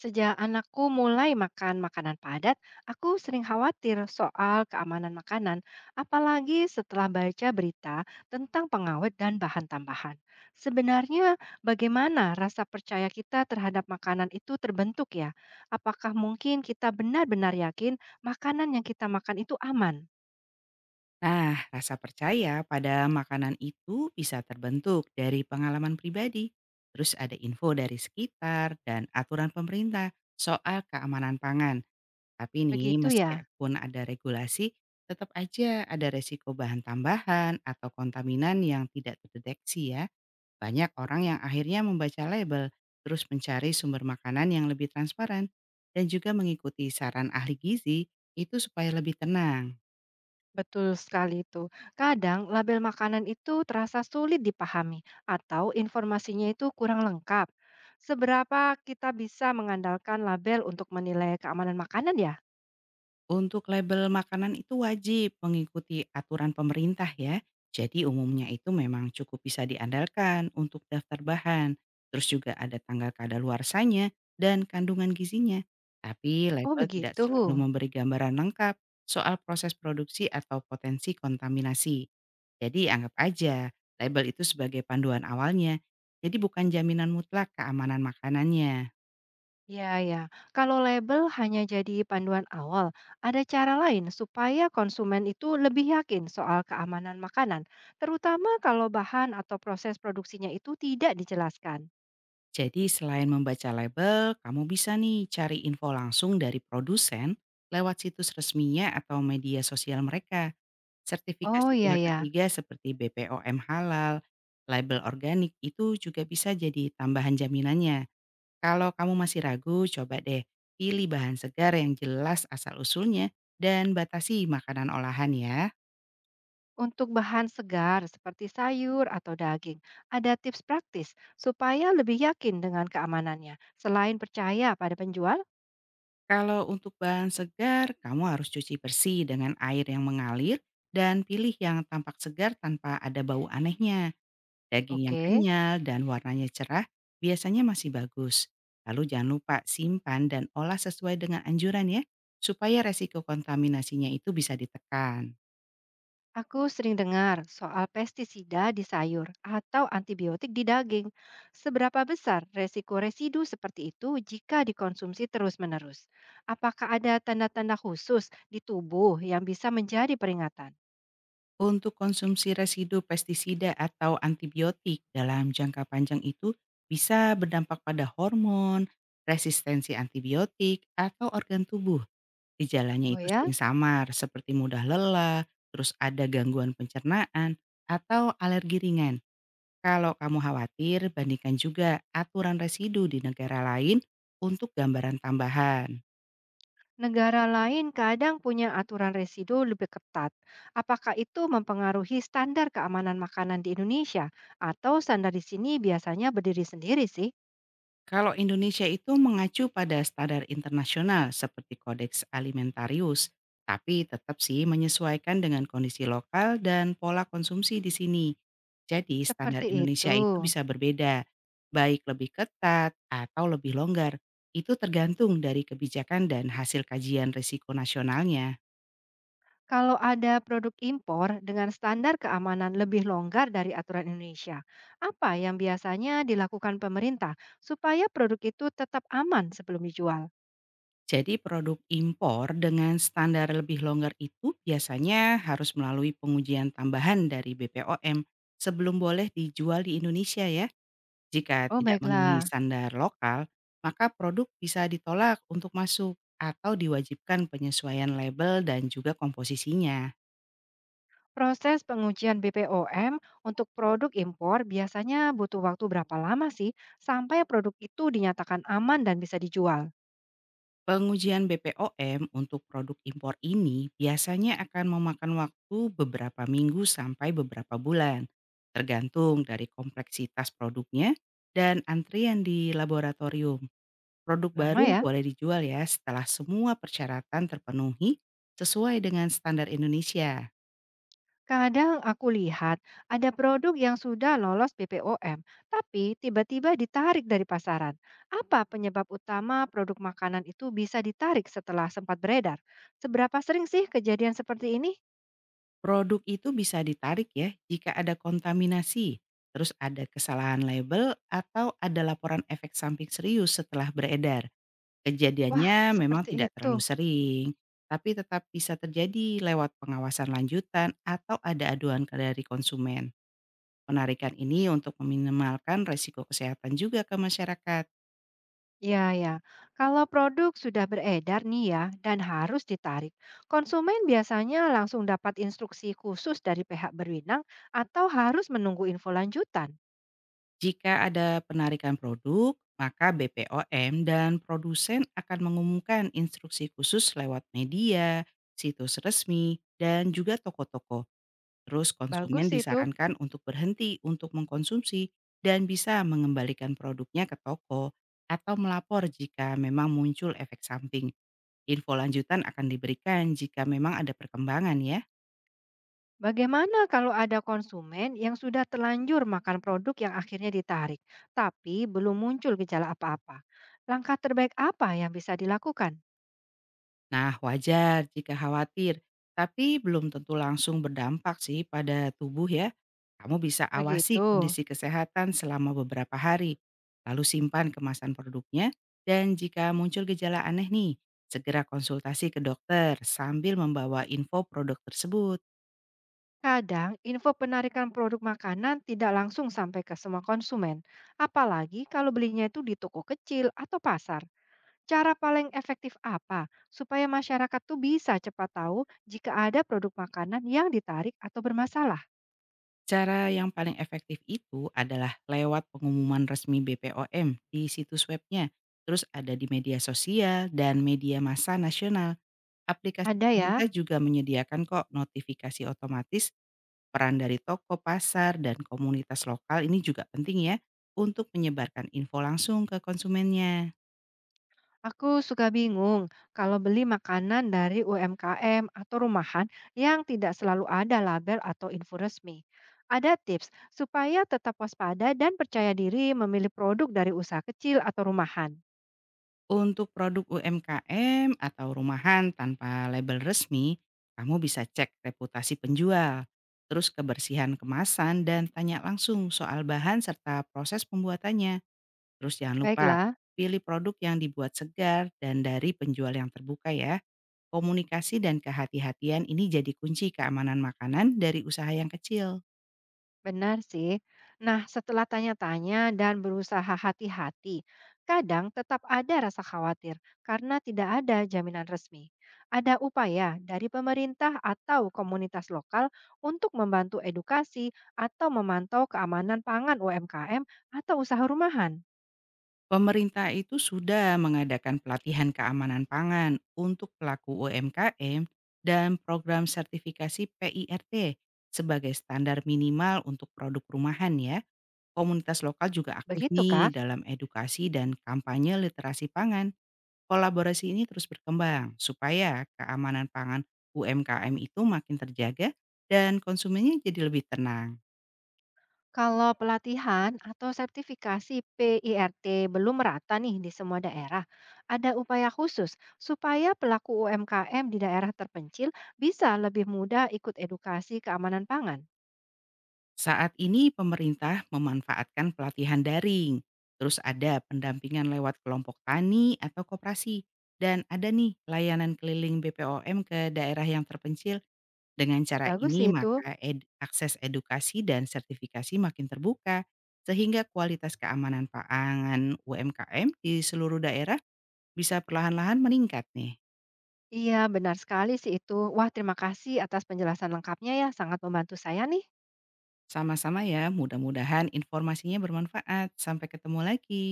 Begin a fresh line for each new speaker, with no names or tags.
Sejak anakku mulai makan makanan padat, aku sering khawatir soal keamanan makanan, apalagi setelah baca berita tentang pengawet dan bahan tambahan. Sebenarnya, bagaimana rasa percaya kita terhadap makanan itu terbentuk ya? Apakah mungkin kita benar-benar yakin makanan yang kita makan itu aman?
Nah, rasa percaya pada makanan itu bisa terbentuk dari pengalaman pribadi, terus ada info dari sekitar dan aturan pemerintah soal keamanan pangan. Tapi nih,
Begitu ya.
meskipun ada regulasi, tetap aja ada resiko bahan tambahan atau kontaminan yang tidak terdeteksi ya. Banyak orang yang akhirnya membaca label, terus mencari sumber makanan yang lebih transparan, dan juga mengikuti saran ahli gizi itu supaya lebih tenang.
Betul sekali itu. Kadang label makanan itu terasa sulit dipahami atau informasinya itu kurang lengkap. Seberapa kita bisa mengandalkan label untuk menilai keamanan makanan ya?
Untuk label makanan itu wajib mengikuti aturan pemerintah ya. Jadi umumnya itu memang cukup bisa diandalkan untuk daftar bahan. Terus juga ada tanggal kadaluarsanya dan kandungan gizinya. Tapi
Oh
label tidak
begitu.
selalu memberi gambaran lengkap soal proses produksi atau potensi kontaminasi. Jadi anggap aja label itu sebagai panduan awalnya. Jadi bukan jaminan mutlak keamanan makanannya.
Ya, kalau label hanya jadi panduan awal, ada cara lain supaya konsumen itu lebih yakin soal keamanan makanan, terutama kalau bahan atau proses produksinya itu tidak dijelaskan.
Jadi selain membaca label, kamu bisa nih cari info langsung dari produsen lewat situs resminya atau media sosial mereka.
Oh
Sertifikasi
iya
pihak
ya.
ketiga seperti BPOM halal, label organik itu juga bisa jadi tambahan jaminannya. Kalau kamu masih ragu, coba deh pilih bahan segar yang jelas asal-usulnya dan batasi makanan olahan ya.
Untuk bahan segar seperti sayur atau daging, ada tips praktis supaya lebih yakin dengan keamanannya selain percaya pada penjual?
Kalau untuk bahan segar, kamu harus cuci bersih dengan air yang mengalir dan pilih yang tampak segar tanpa ada bau anehnya. Daging yang
Oke.
kenyal dan warnanya cerah biasanya masih bagus. Lalu jangan lupa simpan dan olah sesuai dengan anjuran ya, supaya resiko kontaminasinya itu bisa ditekan.
Aku sering dengar soal pestisida di sayur atau antibiotik di daging. Seberapa besar resiko residu seperti itu jika dikonsumsi terus-menerus? Apakah ada tanda-tanda khusus di tubuh yang bisa menjadi peringatan?
Untuk konsumsi residu pestisida atau antibiotik dalam jangka panjang itu bisa berdampak pada hormon, resistensi antibiotik, atau organ tubuh. Gejalanya
Oh
itu
ya.
sering samar seperti mudah lelah, terus ada gangguan pencernaan, atau alergi ringan. Kalau kamu khawatir, bandingkan juga aturan residu di negara lain untuk gambaran tambahan.
Negara lain kadang punya aturan residu lebih ketat. Apakah itu mempengaruhi standar keamanan makanan di Indonesia atau standar di sini biasanya berdiri sendiri sih?
Kalau Indonesia itu mengacu pada standar internasional seperti Kodeks Alimentarius, tapi tetap sih menyesuaikan dengan kondisi lokal dan pola konsumsi di sini. Jadi standar
Seperti itu.
Indonesia itu bisa berbeda, baik lebih ketat atau lebih longgar. Itu tergantung dari kebijakan dan hasil kajian risiko nasionalnya.
Kalau ada produk impor dengan standar keamanan lebih longgar dari aturan Indonesia, apa yang biasanya dilakukan pemerintah supaya produk itu tetap aman sebelum dijual?
Jadi produk impor dengan standar lebih longgar itu biasanya harus melalui pengujian tambahan dari BPOM sebelum boleh dijual di Indonesia ya. Jika
Oh,
tidak memenuhi
baiklah.
standar lokal, maka produk bisa ditolak untuk masuk atau diwajibkan penyesuaian label dan juga komposisinya.
Proses pengujian BPOM untuk produk impor biasanya butuh waktu berapa lama sih sampai produk itu dinyatakan aman dan bisa dijual?
Pengujian BPOM untuk produk impor ini biasanya akan memakan waktu beberapa minggu sampai beberapa bulan, tergantung dari kompleksitas produknya dan antrian di laboratorium. Produk
Lama
baru
ya?
boleh dijual ya setelah semua persyaratan terpenuhi sesuai dengan standar Indonesia.
Kadang aku lihat ada produk yang sudah lolos BPOM, tapi tiba-tiba ditarik dari pasaran. Apa penyebab utama produk makanan itu bisa ditarik setelah sempat beredar? Seberapa sering sih kejadian seperti ini?
Produk itu bisa ditarik ya jika ada kontaminasi, terus ada kesalahan label atau ada laporan efek samping serius setelah beredar.
Wah,
Kejadiannya memang
seperti
tidak
itu.
terlalu sering, tapi tetap bisa terjadi lewat pengawasan lanjutan atau ada aduan ke dari konsumen. Penarikan ini untuk meminimalkan resiko kesehatan juga ke masyarakat.
Ya. Kalau produk sudah beredar nih ya dan harus ditarik, konsumen biasanya langsung dapat instruksi khusus dari pihak berwenang atau harus menunggu info lanjutan.
Jika ada penarikan produk, maka BPOM dan produsen akan mengumumkan instruksi khusus lewat media, situs resmi, dan juga toko-toko. Terus konsumen
Bagus itu.
disarankan untuk berhenti untuk mengkonsumsi dan bisa mengembalikan produknya ke toko atau melapor jika memang muncul efek samping. Info lanjutan akan diberikan jika memang ada perkembangan ya.
Bagaimana kalau ada konsumen yang sudah terlanjur makan produk yang akhirnya ditarik, tapi belum muncul gejala apa-apa? Langkah terbaik apa yang bisa dilakukan?
Nah, wajar jika khawatir, tapi belum tentu langsung berdampak sih pada tubuh ya. Kamu bisa awasi
Begitu.
kondisi kesehatan selama beberapa hari, lalu simpan kemasan produknya, dan jika muncul gejala aneh nih, segera konsultasi ke dokter sambil membawa info produk tersebut.
Kadang, info penarikan produk makanan tidak langsung sampai ke semua konsumen, apalagi kalau belinya itu di toko kecil atau pasar. Cara paling efektif apa supaya masyarakat tuh bisa cepat tahu jika ada produk makanan yang ditarik atau bermasalah?
Cara yang paling efektif itu adalah lewat pengumuman resmi BPOM di situs webnya, terus ada di media sosial dan media massa nasional. Aplikasi
Ada ya.
pemerintah juga menyediakan kok notifikasi otomatis, peran dari toko, pasar, dan komunitas lokal ini juga penting ya untuk menyebarkan info langsung ke konsumennya.
Aku suka bingung kalau beli makanan dari UMKM atau rumahan yang tidak selalu ada label atau info resmi. Ada tips supaya tetap waspada dan percaya diri memilih produk dari usaha kecil atau rumahan.
Untuk produk UMKM atau rumahan tanpa label resmi, kamu bisa cek reputasi penjual, terus kebersihan kemasan dan tanya langsung soal bahan serta proses pembuatannya. Terus jangan lupa
Baiklah.
pilih produk yang dibuat segar dan dari penjual yang terbuka ya. Komunikasi dan kehati-hatian ini jadi kunci keamanan makanan dari usaha yang kecil.
Benar sih. Nah, setelah tanya-tanya dan berusaha hati-hati, kadang tetap ada rasa khawatir karena tidak ada jaminan resmi. Ada upaya dari pemerintah atau komunitas lokal untuk membantu edukasi atau memantau keamanan pangan UMKM atau usaha rumahan.
Pemerintah itu sudah mengadakan pelatihan keamanan pangan untuk pelaku UMKM dan program sertifikasi PIRT sebagai standar minimal untuk produk rumahan ya. Komunitas lokal juga aktif
Begitu, Kak.
nih dalam edukasi dan kampanye literasi pangan. Kolaborasi ini terus berkembang supaya keamanan pangan UMKM itu makin terjaga dan konsumennya jadi lebih tenang.
Kalau pelatihan atau sertifikasi PIRT belum merata nih di semua daerah, ada upaya khusus supaya pelaku UMKM di daerah terpencil bisa lebih mudah ikut edukasi keamanan pangan.
Saat ini pemerintah memanfaatkan pelatihan daring, terus ada pendampingan lewat kelompok tani atau koperasi, dan ada nih layanan keliling BPOM ke daerah yang terpencil. Dengan cara
Bagus
ini
sih itu.
maka akses edukasi dan sertifikasi makin terbuka, sehingga kualitas keamanan pangan UMKM di seluruh daerah bisa perlahan-lahan meningkat nih.
Iya, benar sekali sih itu. Wah, terima kasih atas penjelasan lengkapnya ya, sangat membantu saya nih.
Sama-sama ya, mudah-mudahan informasinya bermanfaat. Sampai ketemu lagi.